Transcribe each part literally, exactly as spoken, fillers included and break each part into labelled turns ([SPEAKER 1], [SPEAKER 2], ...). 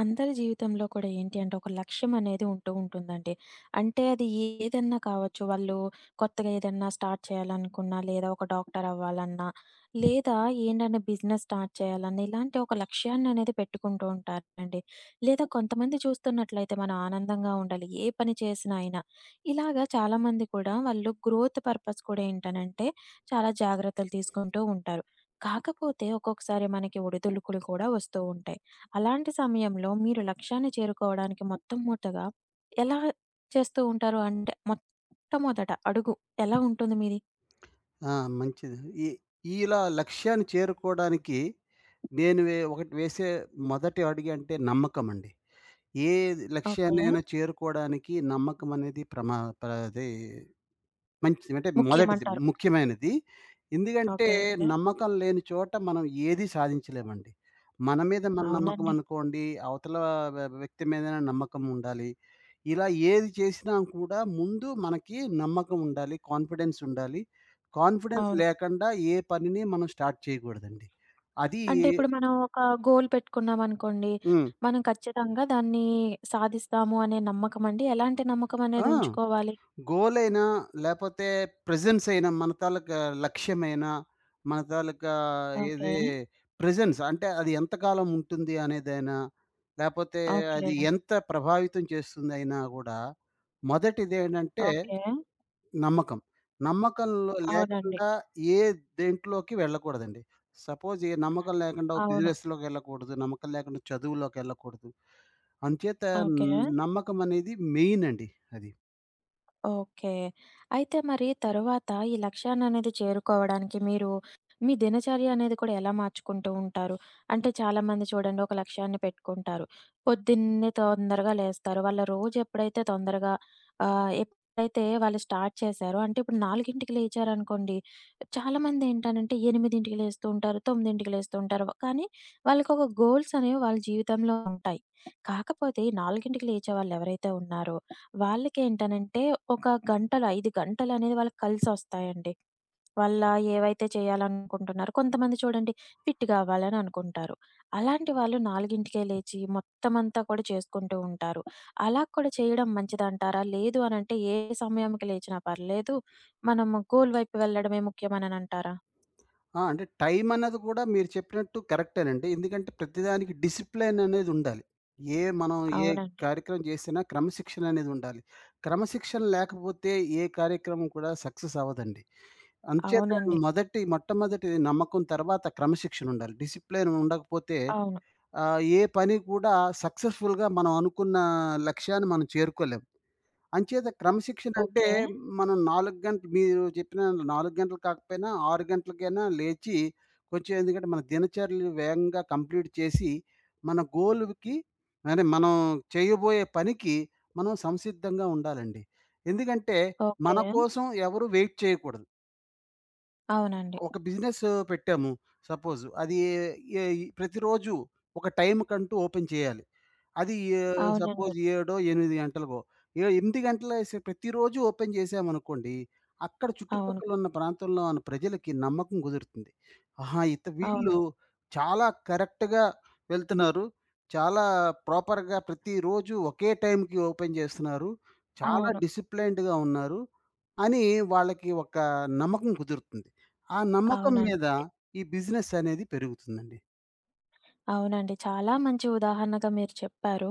[SPEAKER 1] అందరి జీవితంలో కూడా ఏంటి అంటే ఒక లక్ష్యం అనేది ఉంటూ ఉంటుందండి. అంటే అది ఏదన్నా కావచ్చు. వాళ్ళు కొత్తగా ఏదన్నా స్టార్ట్ చేయాలనుకున్నా, లేదా ఒక డాక్టర్ అవ్వాలన్నా, లేదా ఏంటంటే బిజినెస్ స్టార్ట్ చేయాలన్నా, ఇలాంటి ఒక లక్ష్యాన్ని అనేది పెట్టుకుంటూ ఉంటారండి. లేదా కొంతమంది చూస్తున్నట్లయితే మనం ఆనందంగా ఉండాలి, ఏ పని చేసినా అయినా. ఇలాగా చాలామంది కూడా వాళ్ళు గ్రోత్ పర్పస్ కూడా ఏంటనంటే చాలా జాగ్రత్తలు తీసుకుంటూ ఉంటారు. కాకపోతే ఒక్కొక్కసారి మనకి ఒడిదుడుకులు కూడా వస్తూ ఉంటాయి. అలాంటి సమయంలో మీరు లక్ష్యాన్ని చేరుకోవడానికి మొట్టమొదటగా ఎలా చేస్తూ ఉంటారు? అంటే మొట్టమొదట అడుగు ఎలా ఉంటుంది మీది?
[SPEAKER 2] ఆ! మంచిది. ఈ ఇలా లక్ష్యాన్ని చేరుకోవడానికి నేను వే ఒకటి వేసే మొదటి అడుగు అంటే నమ్మకమండి. ఏ
[SPEAKER 1] ఓకే.
[SPEAKER 2] లక్ష్యాన్నైనా చేరుకోవడానికి నమ్మకమనేది ప్రమా ప్ర అది మంచిది. అంటే మొదటిది
[SPEAKER 1] ముఖ్యమంటారు.
[SPEAKER 2] ముఖ్యమైనది. ఎందుకంటే
[SPEAKER 1] ఓకే.
[SPEAKER 2] నమ్మకం లేని చోట మనం ఏది సాధించలేమండి. మన మీద మన నమ్మకం
[SPEAKER 1] అవునండి.
[SPEAKER 2] అనుకోండి, అవతల వ్య వ్యక్తి మీదైనా నమ్మకం ఉండాలి. ఇలా ఏది చేసినా కూడా ముందు మనకి నమ్మకం ఉండాలి. కాన్ఫిడెన్స్ ఉండాలి. కాన్ఫిడెన్స్
[SPEAKER 1] అవును.
[SPEAKER 2] లేకుండా ఏ పనిని మనం స్టార్ట్ చేయకూడదండి. అది
[SPEAKER 1] అంటే ఇప్పుడు మనం ఒక గోల్ పెట్టుకున్నామనుకోండి,
[SPEAKER 2] హ్మ్.
[SPEAKER 1] మనం ఖచ్చితంగా దాన్ని సాధిస్తాము అనే నమ్మకం అండి. ఎలాంటి నమ్మకం
[SPEAKER 2] ఆ!
[SPEAKER 1] అనేది ఉంచుకోవాలి?
[SPEAKER 2] గోల్ అయినా, లేపోతే ప్రెజెన్స్ అయినా, మన తాలూకా లక్ష్యమైనా, మన తాలూకా
[SPEAKER 1] ఓకే.
[SPEAKER 2] ఏది ప్రెజెన్స్ అంటే అది ఎంతకాలం ఉంటుంది అనేదైనా, లేపోతే
[SPEAKER 1] ఓకే.
[SPEAKER 2] అది ఎంత ప్రభావితం చేస్తుందయినా గూడా, మొదటిదేంటంటే
[SPEAKER 1] ఓకే.
[SPEAKER 2] నమ్మకం. నమ్మకంలో
[SPEAKER 1] అవునండి.
[SPEAKER 2] లేకుండా ఏ దేంట్లోకి వెళ్ళకూడదండి. సపోజ్ ఏ నమ్మకం లేకుండా ఓ
[SPEAKER 1] అవును.
[SPEAKER 2] బిజినెస్‌లోకి వెళ్ళకూడదు. నమ్మకం లేకుండా చదువులోకెళ్ళకూడదు. అంచేత
[SPEAKER 1] ఓకే.
[SPEAKER 2] నమ్మకం అనేది మెయిన్ అండి అది.
[SPEAKER 1] ఓకే. అయితే మరి తరువాత ఈ లక్ష్యాన్ననేది చేరుకోవడానికి మీరు మీ దినచర్య అనేది కూడా ఎలా మార్చుకుంటూ ఉంటారు? అంటే చాలామంది చూడండి ఒక లక్ష్యాన్ని పెట్టుకుంటారు. పొద్దున్నే తొందరగా లేస్తారు. వాళ్ళ రోజు ఎప్పుడైతే తొందరగా ఆహ్, ఎప్పుడైతే వాళ్ళు స్టార్ట్ చేశారో, అంటే ఇప్పుడు నాలుగుకి లేచారనుకోండి, చాలామంది ఏంటనంటే ఎనిమిదికి లేస్తూ ఉంటారు, తొమ్మిదికి లేస్తూ ఉంటారు. కానీ వాళ్ళకొక గోల్స్ అనేవి వాళ్ళ జీవితంలో ఉంటాయి. కాకపోతే నాలుగుకి లేచే వాళ్ళెవరైతే ఉన్నారో వాళ్ళకేంటనంటే, ఒక గంటలు, ఐదు గంటలనేది వాళ్ళకి కలిసొస్తాయండి. వాళ్ళ ఏవైతే చేయాలనుకుంటున్నారో, కొంతమంది చూడండి ఫిట్ గావాలని అనుకుంటారు. అలాంటి వాళ్ళు నాలుగుకే లేచి మొత్తమంతా కూడా చేసుకుంటూ ఉంటారు. అలా కూడా చేయడం మంచిదంటారా? లేదు అనంటే ఏ సమయంకి లేచినా పర్లేదు. మనము గోల్ వైపు వెళ్ళడమే ముఖ్యమననంటారా?
[SPEAKER 2] ఆ! అంటే టైం అన్నది కూడా మీరు చెప్పినట్టు కరెక్టేనండి. ఎందుకంటే ప్రతిదానికి డిసిప్లిన్ అనేది ఉండాలి. ఏ మనం ఏ
[SPEAKER 1] అవునండి.
[SPEAKER 2] కార్యక్రమం చేసినా క్రమశిక్షణ అనేది ఉండాలి. క్రమశిక్షణ లేకపోతే ఏ కార్యక్రమం కూడా సక్సెస్ అవ్వదండి. అంచేత
[SPEAKER 1] అవునండి.
[SPEAKER 2] మొదటి మొట్టమొదటి నమ్మకం తర్వాత క్రమశిక్షణ ఉండాలి. డిసిప్లిన్ ఉండకపోతే
[SPEAKER 1] అవును.
[SPEAKER 2] ఆహ్, ఏ పని కూడా సక్సెస్‌ఫుల్‌గా మనం అనుకున్న లక్ష్యాన్ని మనం చేరుకోలేం. అంచేత క్రమశిక్షణ అంటే
[SPEAKER 1] ఓకే.
[SPEAKER 2] మనం నాలుగు గంటలు, మీరు చెప్పిన నాలుగు గంటలు కాకపోయినా ఆరు గంటలకైనా లేచి కొంచెం, ఎందుకంటే మన దినచర్యలు వేగంగా కంప్లీట్ చేసి మన గోల్‌కి, అంటే మనం చేయబోయే పనికి మనం సంసిద్ధంగా ఉండాలండి. ఎందుకంటే
[SPEAKER 1] ఓకే.
[SPEAKER 2] మన కోసం ఎవరు వెయిట్ చేయకూడదు.
[SPEAKER 1] అవునండి.
[SPEAKER 2] ఒక బిజినెస్ పెట్టాము సపోజ్. అది ఏ ఈ ప్రతిరోజు ఒక టైమ్‌కంటూ ఓపెన్ చేయాలి. అది ఏ హ్మ్.
[SPEAKER 1] అవునండి.
[SPEAKER 2] సపోజ్ ఏడు, ఎనిమిది గంటలకో, ఏ ఎనిమిది గంటలేసి ప్రతిరోజు ఓపెన్ చేశామనుకోండి, అక్కడ
[SPEAKER 1] అవును.
[SPEAKER 2] చుట్టుపక్కలున్న ప్రాంతంలో ఉన్న ప్రజలకి నమ్మకం కుదురుతుంది. ఆహా! ఇత
[SPEAKER 1] అవును.
[SPEAKER 2] వీళ్ళు చాలా కరెక్ట్‌గా వెళ్తున్నారు. చాలా ప్రాపర్‌గా ప్రతిరోజు ఒకే టైమ్‌కి ఓపెన్ చేస్తున్నారు. చాలా
[SPEAKER 1] అవును.
[SPEAKER 2] డిసిప్లైన్డ్‌గా ఉన్నారు అని వాళ్ళకి ఒక నమ్మకం కుదురుతుంది. ఆ నమ్మకం
[SPEAKER 1] అవునండి.
[SPEAKER 2] మీద ఈ బిజినెస్ అనేది పెరుగుతుందండి.
[SPEAKER 1] అవునండి. చాలా మంచి ఉదాహరణగా మీరు చెప్పారు.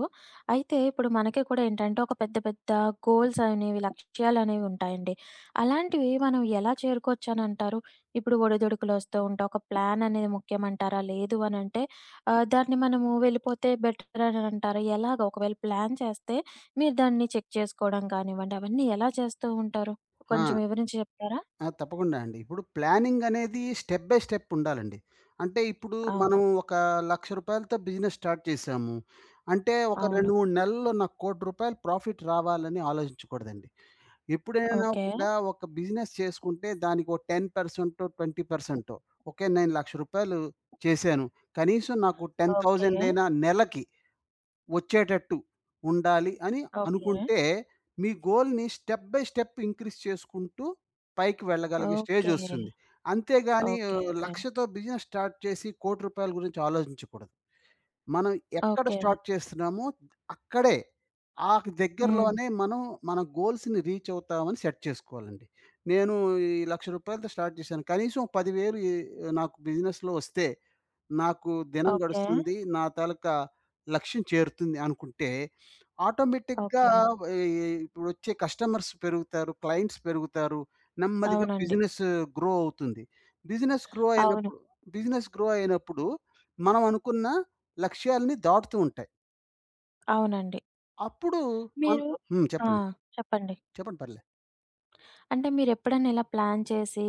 [SPEAKER 1] అయితే ఇప్పుడు మనకి కూడా ఏంటంటే ఒక పెద్ద పెద్ద గోల్స్ అనేవి, లక్ష్యాలనేవి ఉంటాయండి. అలాంటివి మనం ఎలా చేరుకోవచ్చనంటారు? ఇప్పుడు ఒడిదుడుకులొస్తూ ఉంటాయి. ఒక ప్లాన్ అనేది ముఖ్యమంటారా? లేదు అనంటే ఆహ్, దాన్ని మనము వెళ్ళిపోతే బెటర్ అనంటారా? ఎలాగ ఒకవేళ ప్లాన్ చేస్తే మీరు దాన్ని చెక్ చేసుకోవడం కానివ్వండి, అవన్నీ ఎలా చేస్తూ ఉంటారు?
[SPEAKER 2] ఆ!
[SPEAKER 1] కొంచెం వివరించి చెప్తారా?
[SPEAKER 2] ఆ! తప్పకుండా అండి. ఇప్పుడు ప్లానింగ్ అనేది స్టెప్ బై స్టెప్ ఉండాలండి. అంటే ఇప్పుడు మనం
[SPEAKER 1] అవును.
[SPEAKER 2] ఒక రూ. 1,00,000తో బిజినెస్ స్టార్ట్ చేశాము. అంటే ఒక
[SPEAKER 1] అవును.
[SPEAKER 2] రెండు, మూడు నెలల్లో నాకు ఒక కోటి రూపాయలు ప్రాఫిట్ రావాలని ఆలోచించకూడదండి. ఎప్పుడైనా
[SPEAKER 1] ఓకే.
[SPEAKER 2] కూడా ఒక బిజినెస్ చేసుకుంటే దానికి ఒక పది శాతం, ఇరవై శాతం ఓకే. నేను ఒక లక్ష రూపాయలు చేశాను. కనీసం నాకు
[SPEAKER 1] ఓకే.
[SPEAKER 2] పది వేలు అయినా నెలకి వచ్చేటట్టు ఉండాలి అని
[SPEAKER 1] ఓకే.
[SPEAKER 2] అనుకుంటే, మీ గోల్‌ని స్టెప్ బై స్టెప్ ఇంక్రీజ్ చేసుకుంటూ పైకి వెళ్ళగలిగే
[SPEAKER 1] ఓకే.
[SPEAKER 2] స్టేజొస్తుంది. అంతేగాని ఆహ్,
[SPEAKER 1] ఓకే.
[SPEAKER 2] లక్షతో బిజినెస్ స్టార్ట్ చేసి ఒక కోటి రూపాయలు గురించి ఆలోచించకూడదు. మనం ఎక్కడ
[SPEAKER 1] ఓకే.
[SPEAKER 2] స్టార్ట్ చేస్తున్నామో అక్కడే, ఆ
[SPEAKER 1] హ్మ్.
[SPEAKER 2] దగ్గరలోనే మనం మన గోల్స్‌ని రీచ్ అవుతామని సెట్ చేసుకోవాలండి. నేను ఈ ఒక లక్ష రూపాయలతో స్టార్ట్ చేశాను. కనీసం పది వేలు ఈ నాకు బిజినెస్‌లో వస్తే నాకు దినం
[SPEAKER 1] ఓకే.
[SPEAKER 2] గడుస్తుంది. నా తాలూకా లక్ష్యం చేరుతుంది అనుకుంటే, ఆటోమేటిక్‌గా
[SPEAKER 1] ఓకే.
[SPEAKER 2] ఈ ఇప్పుడొచ్చే కస్టమర్స్ పెరుగుతారు. క్లయింట్స్ పెరుగుతారు. నెమ్మదిగా
[SPEAKER 1] అవునండి.
[SPEAKER 2] బిజినెస్ గ్రో అవుతుంది. బిజినెస్ గ్రో
[SPEAKER 1] అవును.
[SPEAKER 2] అయినప్పుడు బిజినెస్ గ్రో అయినప్పుడు మనం అనుకున్న లక్ష్యాల్ని దాటుతూ ఉంటాయి.
[SPEAKER 1] అవునండి.
[SPEAKER 2] అప్పుడు మన్
[SPEAKER 1] మీరు
[SPEAKER 2] హ్మ్.
[SPEAKER 1] ఆ!
[SPEAKER 2] చెప్పండి.
[SPEAKER 1] చెప్పండి.
[SPEAKER 2] చెప్పండి, పర్లే.
[SPEAKER 1] అంటే మీరెప్పుడైనా ఇలా ప్లాన్ చేసి,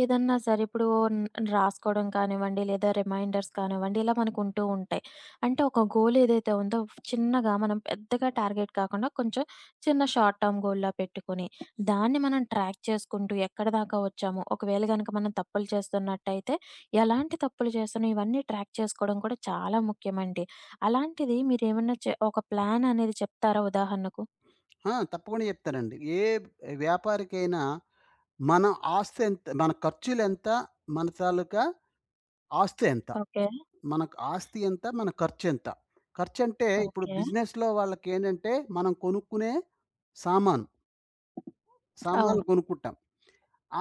[SPEAKER 1] ఏదన్నా సరే ఇప్పుడు న్ రాసుకోవడం కానివ్వండి, లేదా రిమైండర్స్ కానివ్వండి, ఇలా మనకుంటూ ఉంటాయి. అంటే ఒక గోల్ ఏదైతే ఉందో చిన్నగా, మనం పెద్దగా టార్గెట్ కాకుండా కొంచెం చిన్న షార్ట్ టర్మ్ గోల్‌లా పెట్టుకొని, దాన్ని మనం ట్రాక్ చేసుకుంటూ ఎక్కడిదాకా వచ్చాము, ఒకవేళ గనక మనం తప్పులు చేస్తున్నట్టయితే ఎలాంటి తప్పులు చేస్తున్నాం, ఇవన్నీ ట్రాక్ చేసుకోవడం కూడా చాలా ముఖ్యమండి. అలాంటిది మీరేమన్నా చె ఒక ప్లాన్ అనేది చెప్తారా ఉదాహరణకు?
[SPEAKER 2] ఆ! తప్పకుండా చెప్తానండి. ఏ వ్యాపారికైనా మన ఆస్తి ఎంత, మన ఖర్చులెంత, మన తాలూకా ఆస్తి ఎంత,
[SPEAKER 1] ఓకే.
[SPEAKER 2] మనకు ఆస్తి ఎంత, మన ఖర్చెంత. ఖర్చంటే ఇప్పుడు
[SPEAKER 1] ఓకే.
[SPEAKER 2] బిజినెస్‌లో వాళ్ళకేంటంటే మనం కొనుక్కునే సామాను, సామాన్లు
[SPEAKER 1] అవును.
[SPEAKER 2] కొనుక్కుంటాం.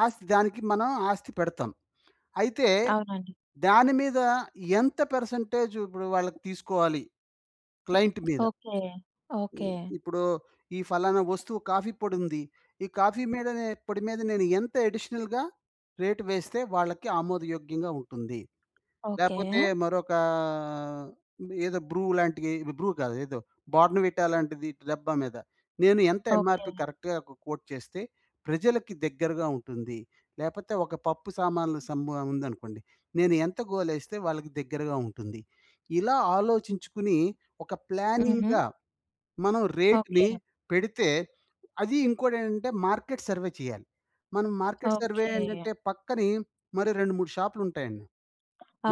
[SPEAKER 2] ఆస్తి, దానికి మనం ఆస్తి పెడతాం. అయితే
[SPEAKER 1] అవునండి.
[SPEAKER 2] దాని మీద ఎంత పర్సెంటేజ్ ఇప్పుడు వాళ్ళకి తీసుకోవాలి క్లయింట్ మీద?
[SPEAKER 1] ఓకే.
[SPEAKER 2] ఇ
[SPEAKER 1] ఓకే.
[SPEAKER 2] ఇప్పుడు ఈ ఫలానా వస్తువు కాఫీ పొడుంది. ఈ కాఫీ మీద, నే పొడి మీద నేను ఎంత అడిషనల్‌గా రేట్ వేస్తే వాళ్ళకి ఆమోదయోగ్యంగా ఉంటుంది.
[SPEAKER 1] ఓకే.
[SPEAKER 2] లేపోతే మరొక ఏదో బ్రూ లాంటివి, బ్రూ కాదు ఏదో బోర్న్‌విటా లాంటిది డబ్బా మీద నేను ఎంత
[SPEAKER 1] ఓకే.
[SPEAKER 2] ఎంఆర్‌పీ కరెక్ట్‌గా ఒక కోట్ చేస్తే ప్రజలకి దగ్గరగా ఉంటుంది. లేపోతే ఒక పప్పు సామాన్లు సమ్ము ఉందనుకోండి. నేను ఎంత గోలేస్తే వాళ్ళకి దగ్గరగా ఉంటుంది. ఇలా ఆలోచించుకుని ఒక
[SPEAKER 1] హుహు.
[SPEAKER 2] ప్లానింగ్‌గా మనం
[SPEAKER 1] ఓకే.
[SPEAKER 2] రేట్‌ని పెడితే, అది ఇంకోటేంటంటే మార్కెట్ సర్వే చేయాలి. మనం మార్కెట్ సర్వే
[SPEAKER 1] ఓకే.
[SPEAKER 2] ఏంటంటే పక్కనే మరి రెండు, మూడు షాపులుంటాయండి.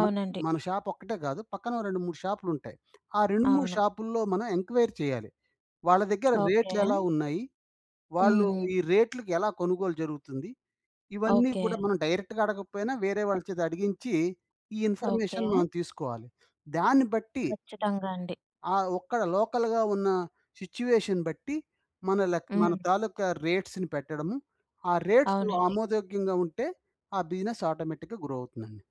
[SPEAKER 2] మన మన షాప్ ఒక్కటే కాదు. పక్కన ఓ రెండు, మూడు షాపులుంటాయి. ఆ రెండు, మూడు
[SPEAKER 1] అవును.
[SPEAKER 2] షాపుల్లో మనం ఎంక్వైరీ చేయాలి. వాళ్ళ దగ్గర
[SPEAKER 1] ఓకే.
[SPEAKER 2] రేట్లెలా ఉన్నాయి? వాళ్ళు
[SPEAKER 1] హుహు.
[SPEAKER 2] ఈ రేట్లకి ఎలా కొనుగోలు జరుగుతుంది? ఇవన్నీ
[SPEAKER 1] ఓకే.
[SPEAKER 2] కూడా మనం డైరెక్ట్‌గా అడగకపోయినా వేరే వాళ్ళ చేత అడిగించి ఈ
[SPEAKER 1] ఓకే.
[SPEAKER 2] ఇన్ఫర్మేషన్ మనం తీసుకోవాలి. దాన్ని బట్టి,
[SPEAKER 1] ఖచ్చితంగా అండి.
[SPEAKER 2] ఆ ఒక్కడ లోకల్‌గా ఉన్న సిట్యుయేషన్ బట్టి మన లెక్ మన
[SPEAKER 1] హ్మ్.
[SPEAKER 2] తాలూకా రేట్స్‌ని పెట్టడము. ఆ రేట్స్
[SPEAKER 1] అవునండి.
[SPEAKER 2] ఆమోదయోగ్యంగా ఉంటే ఆ బిజినెస్ ఆటోమేటిక్‌గా గ్రో అవుతుందండి.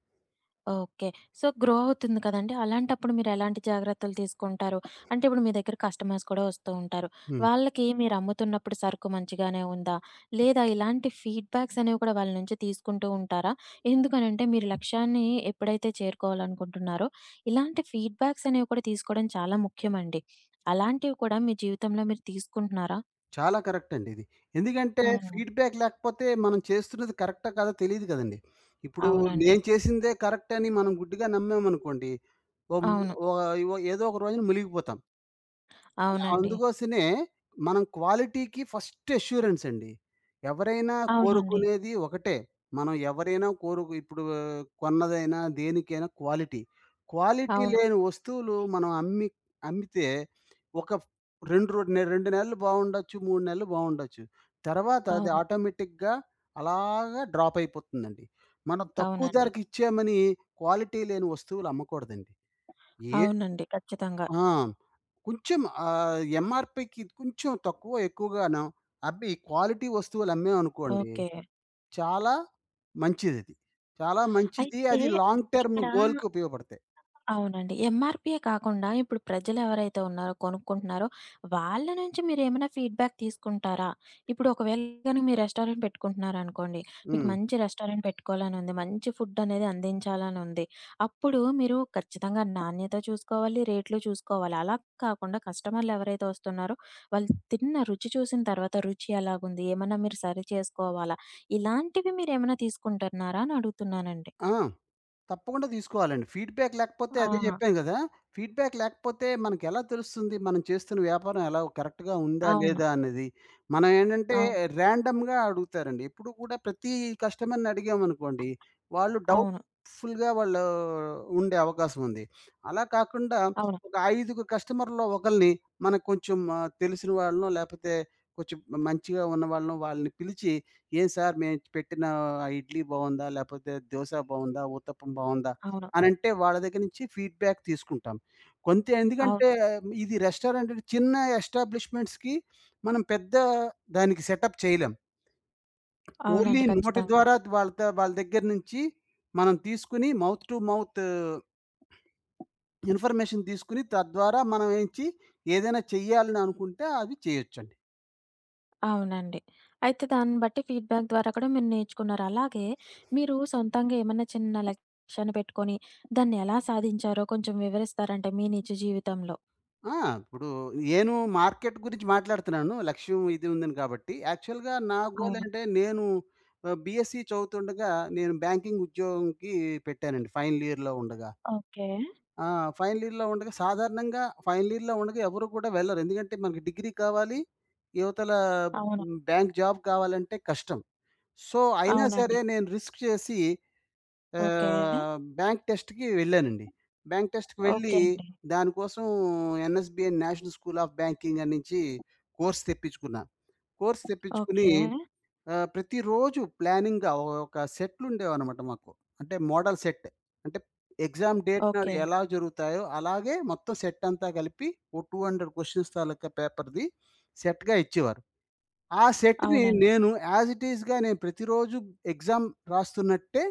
[SPEAKER 1] ఓకే. సో, గ్రో అవుతుంది కదండీ! అలాంటప్పుడు మీరెలాంటి జాగ్రత్తలు తీసుకుంటారు? అంటే, ఇప్పుడు మీ దగ్గర కస్టమర్స్ కూడా వస్తూ ఉంటారు.
[SPEAKER 2] హ్మ్.
[SPEAKER 1] వాళ్ళకి మీరమ్ముతున్నప్పుడు సరుకు మంచిగానే ఉందా? లేదా ఇలాంటి ఫీడ్‌బ్యాక్స్ అనేవి కూడా వాళ్ళ నుంచి తీసుకుంటూ ఉంటారా? ఎందుకనంటే, మీరు లక్ష్యాన్ని ఎప్పుడైతే చేరుకోవాలనుకుంటున్నారో, ఇలాంటి ఫీడ్‌బ్యాక్స్ అనేవి కూడా తీసుకోవడం చాలా ముఖ్యమండి. అలాంటివి కూడా మీ జీవితంలో మీరు తీసుకుంటున్నారా?
[SPEAKER 2] చాలా కరెక్ట్ అండి ఇది. ఎందుకంటే
[SPEAKER 1] హ్మ్.
[SPEAKER 2] ఫీడ్‌బ్యాక్ లేకపోతే మనం చేస్తున్నది కరెక్టా కాదో తెలీదు కదండీ. ఇప్పుడు
[SPEAKER 1] అవునండి.
[SPEAKER 2] నేను చేసిందే కరెక్ట్ అని మనం గుడ్డిగా నమ్మామనుకోండి, ఓ
[SPEAKER 1] అవును.
[SPEAKER 2] ఓ ఏదో ఒక రోజున మునిగిపోతాం.
[SPEAKER 1] అవునండి.
[SPEAKER 2] అందుకోసమే మనం క్వాలిటీకి ఫస్ట్ అష్యూరెన్స్ అండి. ఎవరైనా
[SPEAKER 1] అవునండి.
[SPEAKER 2] కోరుకునేది ఒకటే. మనం ఎవరైనా కోరుకు ఇప్పుడు ఆ, కొన్నదైనా, దేనికైనా క్వాలిటీ. క్వాలిటీ
[SPEAKER 1] అవును.
[SPEAKER 2] లేని వస్తువులు మనం అమ్మి అమ్మితే ఒక రెండు, రో రెండు నెలలు బావుండొచ్చు, మూడు నెలలు బావుండొచ్చు. తర్వాత అది
[SPEAKER 1] అవును.
[SPEAKER 2] ఆటోమేటిక్‌గా అలాగా డ్రాప్ అయిపోతుందండి. మనం తక్కువ
[SPEAKER 1] అవునండి.
[SPEAKER 2] ధరకిచ్చామని క్వాలిటీ లేని వస్తువులు అమ్మకూడదండి. ఏ
[SPEAKER 1] అవునండి. ఖచ్చితంగా.
[SPEAKER 2] ఆ! కొంచెం, ఆహ్, ఎంఆర్‌పికి కొంచెం తక్కువ ఎక్కువగాను అబ్బి క్వాలిటీ వస్తువులు అమ్మామనుకోండి,
[SPEAKER 1] ఓకే.
[SPEAKER 2] చాలా మంచిదది. చాలా మంచిది.
[SPEAKER 1] అయితే
[SPEAKER 2] అది లాంగ్ టర్మ్
[SPEAKER 1] ఇక్కడ
[SPEAKER 2] గోల్‌కి ఉపయోగపడతాయి.
[SPEAKER 1] అవునండి, ఎంఆర్‌పియే కాకుండా ఇప్పుడు ప్రజలెవరైతే ఉన్నారో, కొనుక్కుంటున్నారో వాళ్ళ నుంచి మీరేమైనా ఫీడ్‌బ్యాక్ తీసుకుంటారా? ఇప్పుడు ఒకవేళ గాని మీ రెస్టారెంట్ పెట్టుకుంటున్నారనుకోండి. మీకు
[SPEAKER 2] హ్మ్.
[SPEAKER 1] మంచి రెస్టారెంట్ పెట్టుకోవాలనుంది. మంచి ఫుడ్డనేది అందించాలనుంది. అప్పుడు మీరు ఖచ్చితంగా నాణ్యత చూసుకోవాలి, రేట్లు చూసుకోవాలి. అలా కాకుండా కస్టమర్లెవరైతే వస్తున్నారో, వాళ్ళు తిన్న రుచి చూసిన తర్వాత రుచి ఎలాగుంది? ఏమన్నా మీరు సరి చేసుకోవాలా? ఇలాంటివి మీరేమైనా తీసుకుంటున్నారా అని అడుగుతున్నానండి?
[SPEAKER 2] ఆ! తప్పకుండా తీసుకోవాలండి. ఫీడ్‌బ్యాక్ లేకపోతే అదే
[SPEAKER 1] ఆ!
[SPEAKER 2] జెప్పాను గదా! ఫీడ్‌బ్యాక్ లేకపోతే మనకెలా తెలుస్తుంది మనం చేస్తున్న వ్యాపారం ఎలా కరెక్ట్‌గా ఉందా
[SPEAKER 1] అవును.
[SPEAKER 2] లేదా అనేది? మనం ఏంటంటే,
[SPEAKER 1] అవును.
[SPEAKER 2] ర్యాండమ్‌గా అడుగుతారండి. ఎప్పుడు కూడా ప్రతి కస్టమర్‌ని అడిగామనుకోండి, వాళ్ళు
[SPEAKER 1] అవును.
[SPEAKER 2] డౌట్‌ఫుల్‌గా వాళ్ళు ఉండే అవకాశం ఉంది. అలా కాకుండా
[SPEAKER 1] అవును.
[SPEAKER 2] ఒక ఐదుగురు కస్టమర్‌లో ఒకల్ని, మనకు కొంచెం ఆహ్, తెలిసిన వాళ్ళనో లేపోతే కొంచెం మంచిగా ఉన్న వాళ్ళనో, వాళ్ళని పిలిచి, "ఏం సార్, మేము పెట్టిన ఆ ఇడ్లీ బావుందా? లేపోతే దోస బావుందా? ఊత్తప్పం బావుందా?"
[SPEAKER 1] అవును.
[SPEAKER 2] అనంటే వాళ్ళ దగ్గర నుంచి ఫీడ్‌బ్యాక్ తీసుకుంటాం. కొంత ఎందుకంటే
[SPEAKER 1] అవును.
[SPEAKER 2] ఇది రెస్టారెంట్ చిన్న ఎస్టాబ్లిష్‌మెంట్స్‌కి, మనం పెద్ద దానికి సెటప్ చేయలేం. ఓన్లీ
[SPEAKER 1] అవునండి.
[SPEAKER 2] నోటి
[SPEAKER 1] ఖచ్చితంగా.
[SPEAKER 2] ద్వారా వాళ్ళతో, వాళ్ళ దగ్గర నుంచి మనం తీసుకొని, మౌత్ టు మౌత్ ఇన్ఫర్మేషన్ తీసుకొని తద్వారా మనం ఏంచి ఏదైనా చెయ్యాలని అనుకుంటే అవి చేయొచ్చండి.
[SPEAKER 1] అవునండి. అయితే దాన్ని బట్టి ఫీడ్‌బ్యాక్ ద్వారా కూడా మీరు నేర్చుకున్నారు. అలాగే మీరు సొంతంగా ఏమన్నా చిన్న లక్ష్యాన్ని పెట్టుకొని దాన్ని ఎలా సాధించారో కొంచెం వివరిస్తారంటే మీ నిజ జీవితంలో?
[SPEAKER 2] ఆ! ఇప్పుడు నేను మార్కెట్ గురించి మాట్లాడుతున్నాను. లక్ష్యం ఇది ఉందని కాబట్టి. యాక్చువల్‌గా నా గోల్
[SPEAKER 1] అవును.
[SPEAKER 2] అంటే, నేను ఆహ్, బీఎస్సీ చదువుతుండగా నేను బ్యాంకింగ్ ఉద్యోగంకి పెట్టానండి ఫైనల్ ఇయర్‌లో ఉండగా.
[SPEAKER 1] ఓకే.
[SPEAKER 2] ఆ! ఫైనల్ ఇయర్‌లో ఉండగా సాధారణంగా ఫైనల్ ఇయర్‌లో ఉండగా ఎవరు కూడా వెళ్లరు. ఎందుకంటే మనకి డిగ్రీ కావాలి. యువతల
[SPEAKER 1] అవును.
[SPEAKER 2] హ్మ్, బ్యాంక్ జాబ్ కావాలంటే కష్టం. సో, అయినా
[SPEAKER 1] అవునండి.
[SPEAKER 2] సరే నేను రిస్క్ చేసి
[SPEAKER 1] ఓకే.
[SPEAKER 2] ఆహ్, బ్యాంక్ టెస్ట్‌కి వెళ్ళానండి. బ్యాంక్ టెస్ట్‌కి వెళ్ళి,
[SPEAKER 1] ఓకే అండి.
[SPEAKER 2] దానికోసం NSBI, national school of banking అన్నించి కోర్స్ తెప్పించుకున్నా. కోర్స్ తెప్పించుకొని
[SPEAKER 1] ఓకే.
[SPEAKER 2] ఆహ్, ప్రతిరోజు ప్లానింగ్‌గా ఒక సెట్లుండేవనమాట మాకు. అంటే మోడల్ సెట్. అంటే ఎగ్జామ్ డేట్ నాడు
[SPEAKER 1] ఓకే.
[SPEAKER 2] ఎలా జరుగుతాయో అలాగే మొత్తం సెట్ అంతా కలిపి ఓ రెండు వందల క్వెషన్స్ తాలూకా పేపర్‌ది సెట్‌గా ఇచ్చేవారు. ఆ సెట్‌ని
[SPEAKER 1] అవునండి.
[SPEAKER 2] నేను యాజ్ ఇట్ ఈస్‌గా నేను ప్రతిరోజు ఎగ్జామ్ రాస్తున్నట్టే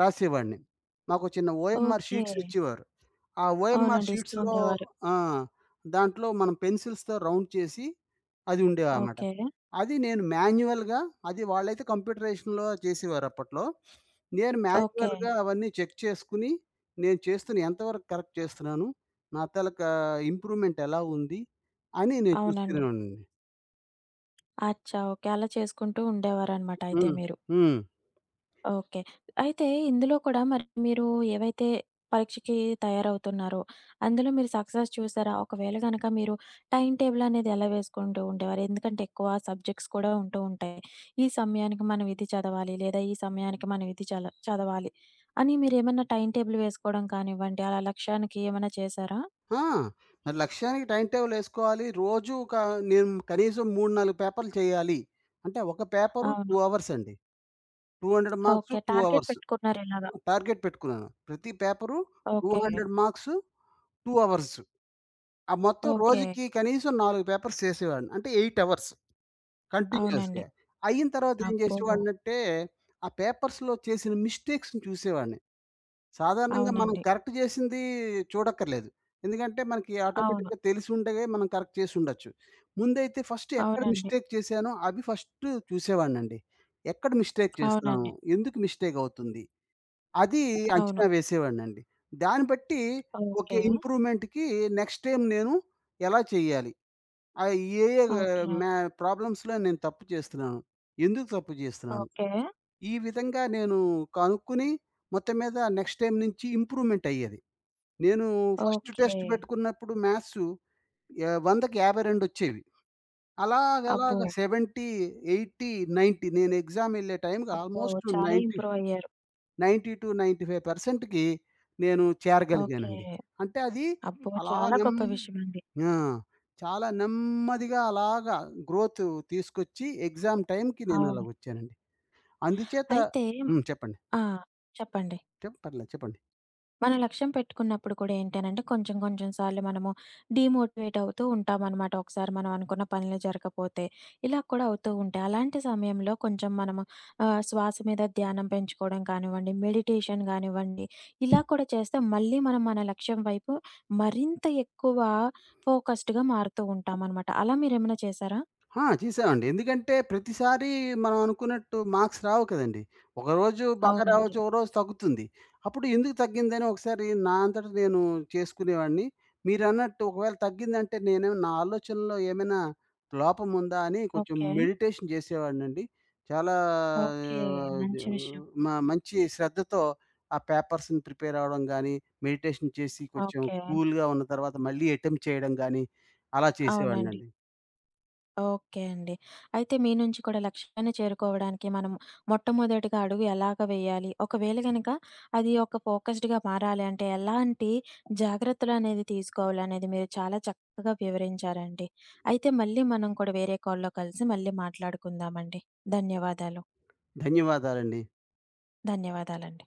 [SPEAKER 2] రాసేవాడిని. మాకు చిన్న ఓఎంఆర్
[SPEAKER 1] ఓకే.
[SPEAKER 2] షీట్స్ ఇచ్చేవారు. ఆ ఓఎంఆర్
[SPEAKER 1] అవునండి. ఇస్తూ
[SPEAKER 2] షీట్స్‌లో,
[SPEAKER 1] ఉండేవారు.
[SPEAKER 2] ఆ! దాంట్లో మనం పెన్సిల్స్‌తో రౌండ్ చేసి అది ఉండేవన్నమాట.
[SPEAKER 1] ఓకే.
[SPEAKER 2] అది నేను మాన్యుయల్‌గా, అది వాళ్ళైతే కంప్యూటరైజేషన్‌లో చేసేవారు అప్పట్లో. నేను
[SPEAKER 1] ఓకే.
[SPEAKER 2] మాన్యుయల్‌గా అవన్నీ చెక్ చేసుకొని, నేను చేస్తున్న ఎంతవరకు కరెక్ట్ చేస్తున్నాను, నా తాలూకా ఇంప్రూవ్‌మెంట్ ఎలా ఉంది అని నేను
[SPEAKER 1] అవునండి.
[SPEAKER 2] చూసుకునేవాడినండి.
[SPEAKER 1] అచ్చా! ఓకే. అలా చేసుకుంటూ ఉండేవారనమాట అయితే
[SPEAKER 2] హ్మ్.
[SPEAKER 1] మీరు.
[SPEAKER 2] హ్మ్.
[SPEAKER 1] ఓకే. అయితే ఇందులో కూడా మరి మీరు ఏవైతే పరీక్షకి తయారవుతున్నారో, అందులో మీరు సక్సెస్ చూసారా? ఒకవేళ గనక మీరు టైమ్ టేబుల్ అనేది ఎలా వేసుకుంటూ ఉండేవారు? ఎందుకంటే ఎక్కువ సబ్జెక్ట్స్ కూడా ఉంటూ ఉంటాయి. ఈ సమయానికి మనం ఇది చదవాలి, లేదా ఈ సమయానికి మనం ఇది చల చదవాలి అని మీరేమన్నా టైమ్ టేబుల్ వేసుకోవడం కానివ్వండి, అలా లక్ష్యానికి ఏమన్నా చేశారా?
[SPEAKER 2] ఆ! మరి లక్ష్యానికి టైమ్ టేబుల్ ఏసుకోవాలి. రోజు ఒక, నేను కనీసం మూడు, నాలుగు పేపర్‌లు చేయాలి. అంటే ఒక పేపరు
[SPEAKER 1] అవును.
[SPEAKER 2] రెండు అవర్స్ అండి. రెండు వందల మార్క్స్,
[SPEAKER 1] ఓకే.
[SPEAKER 2] రెండు
[SPEAKER 1] టార్గెట్
[SPEAKER 2] అవర్స్.
[SPEAKER 1] పెట్టుకున్నారు ఇలాగా.
[SPEAKER 2] టార్గెట్ పెట్టుకున్నాను. ప్రతి పేపరు
[SPEAKER 1] ఓకే.
[SPEAKER 2] రెండు వందల మార్క్స్, రెండు అవర్స్. ఆ మొత్తం
[SPEAKER 1] ఓకే.
[SPEAKER 2] రోజుకి కనీసం నాలుగు పేపర్స్ చేసేవాడిని. అంటే ఎనిమిది అవర్స్
[SPEAKER 1] అవునండి.
[SPEAKER 2] కంటిన్యూయస్‌గా. అయిన తర్వాత ఏం
[SPEAKER 1] అబ్బో!
[SPEAKER 2] చేసేవాడినంటే, ఆ పేపర్స్‌లో చేసిన మిస్టేక్స్‌ని చూసేవాడిని. సాధారణంగా మనం
[SPEAKER 1] అవునండి.
[SPEAKER 2] కరెక్ట్ చేసింది చూడక్కర్లేదు. ఎందుకంటే మనకి
[SPEAKER 1] అవును.
[SPEAKER 2] ఆటోమేటిక్‌గా తెలిసి ఉండేవి, మనం కరెక్ట్ చేసి ఉండొచ్చు. ముందైతే ఫస్ట్ ఎక్కడ
[SPEAKER 1] అవునండి.
[SPEAKER 2] మిస్టేక్ చేశానో అవి ఫస్ట్ చూసేవాడినండి. ఎక్కడ మిస్టేక్ చేస్తున్నాను?
[SPEAKER 1] అవునండి.
[SPEAKER 2] ఎందుకు మిస్టేక్ అవుతుంది? అది
[SPEAKER 1] అవును.
[SPEAKER 2] అంచనా వేసేవాడినండి. దాన్ని బట్టి ఓకే,
[SPEAKER 1] ఓకే.
[SPEAKER 2] ఇంప్రూవ్‌మెంట్‌కి నెక్స్ట్ టైమ్ నేను ఎలా చేయాలి? ఆహ్, ఏ ఏ
[SPEAKER 1] ఓకే.
[SPEAKER 2] మ్యా ప్రాబ్లమ్స్‌లో నేను తప్పు చేస్తున్నాను? ఎందుకు తప్పు చేస్తున్నాను?
[SPEAKER 1] ఓకే.
[SPEAKER 2] ఈ విధంగా నేను కనుక్కుని మొత్తం మీద నెక్స్ట్ టైమ్ నుంచి ఇంప్రూవ్‌మెంట్ అయ్యేది. నేను ఫస్ట్
[SPEAKER 1] ఓకే.
[SPEAKER 2] టెస్ట్ పెట్టుకున్నప్పుడు మ్యాథ్స్ యా వందకి యాభై రెండు వచ్చేవి. అలాగ అలాగ
[SPEAKER 1] అబ్బో!
[SPEAKER 2] డెబ్బై, ఎనభై, తొంభై, నేను ఎగ్జామ్ ఎళ్ళే టైంకి
[SPEAKER 1] అబ్బో!
[SPEAKER 2] ఆల్మోస్ట్ తొంభై,
[SPEAKER 1] చాలా ఇంప్రూవ్ అయ్యారు.
[SPEAKER 2] తొంభై రెండు, తొంభై ఐదు శాతం కి నేను
[SPEAKER 1] ఓకే.
[SPEAKER 2] చేరగలిగానండి. అంటే అది
[SPEAKER 1] అబ్బో!
[SPEAKER 2] అలా
[SPEAKER 1] చాలా
[SPEAKER 2] నెమ్
[SPEAKER 1] గొప్ప విషయమండి.
[SPEAKER 2] ఆ! చాలా నెమ్మదిగా అలాగా గ్రోత్ తీసుకొచ్చి ఎగ్జామ్ టైంకి నేను
[SPEAKER 1] అవును.
[SPEAKER 2] అలాగొచ్చానండి. అందుచేత
[SPEAKER 1] అయితే
[SPEAKER 2] హ్మ్. చెప్పండి.
[SPEAKER 1] ఆ! చెప్పండి.
[SPEAKER 2] చెప్ పర్లేదు, చెప్పండి.
[SPEAKER 1] మన లక్ష్యం పెట్టుకున్నప్పుడు కూడా ఏంటనంటే కొంచెం కొంచెం సార్లు మనము డీమోటివేట్ అవుతూ ఉంటామనమాట, ఒకసారి మనం అనుకున్న పనులు జరగపోతే. ఇలా కూడా అవుతూ ఉంటాయి. అలాంటి సమయంలో కొంచెం మనము ఆహ్, శ్వాస మీద ధ్యానం పెంచుకోవడం కానివ్వండి, మెడిటేషన్ గానివ్వండి, ఇలా కూడా చేస్తే మళ్ళీ మనం మన లక్ష్యం వైపు మరింత ఎక్కువ ఫోకస్డ్‌గా మారుతూ ఉంటామనమాట. అలా మీరేమైనా చేశారా?
[SPEAKER 2] ఆ! చేసామండి. ఎందుకంటే ప్రతిసారి మనం అనుకున్నట్టు మార్క్స్ రావు కదండీ. ఒకరోజు బాగా
[SPEAKER 1] అవునండి.
[SPEAKER 2] రావచ్చు, ఒకరోజు తగ్గుతుంది. అప్పుడు ఎందుకు తగ్గిందని ఒకసారి నా అంతట నేను చేసుకునేవాడిని. మీరన్నట్టు ఒకవేళ తగ్గిందంటే నేనేమో నా ఆలోచనలో ఏమైనా లోపం ఉందా అని కొంచెం
[SPEAKER 1] ఓకే.
[SPEAKER 2] మెడిటేషన్ చేసేవాడినండి. చాలా
[SPEAKER 1] ఓకే.
[SPEAKER 2] ఆహ్, జ
[SPEAKER 1] మంచి విషయం.
[SPEAKER 2] మ మంచి శ్రద్ధతో ఆ పేపర్స్‌ని ప్రిపేర్ అవ్వడం గానీ, మెడిటేషన్ చేసి కొంచెం
[SPEAKER 1] ఓకే.
[SPEAKER 2] కూల్‌గా ఉన్న తర్వాత మళ్ళీ అటెంప్ట్ చేయడం గానీ అలా
[SPEAKER 1] అవునండి.
[SPEAKER 2] చేసేవాడినండి.
[SPEAKER 1] ఓకే అండి. అయితే మీ నుంచి కూడా లక్ష్యాన్ని చేరుకోవడానికి మనం మొట్టమొదటిగా అడుగు ఎలాగ వేయాలి, ఒకవేళ గనక అది ఒక ఫోకస్డ్‌గా మారాలి అంటే ఎలాంటి జాగ్రత్తలనేది తీసుకోవాలనేది మీరు చాలా చక్కగా వివరించారండి. అయితే మళ్ళీ మనం కూడా వేరే కాల్‌లో కలిసి మళ్ళీ మాట్లాడుకుందామండి. ధన్యవాదాలు.
[SPEAKER 2] ధన్యవాదాలండి.
[SPEAKER 1] ధన్యవాదాలండి.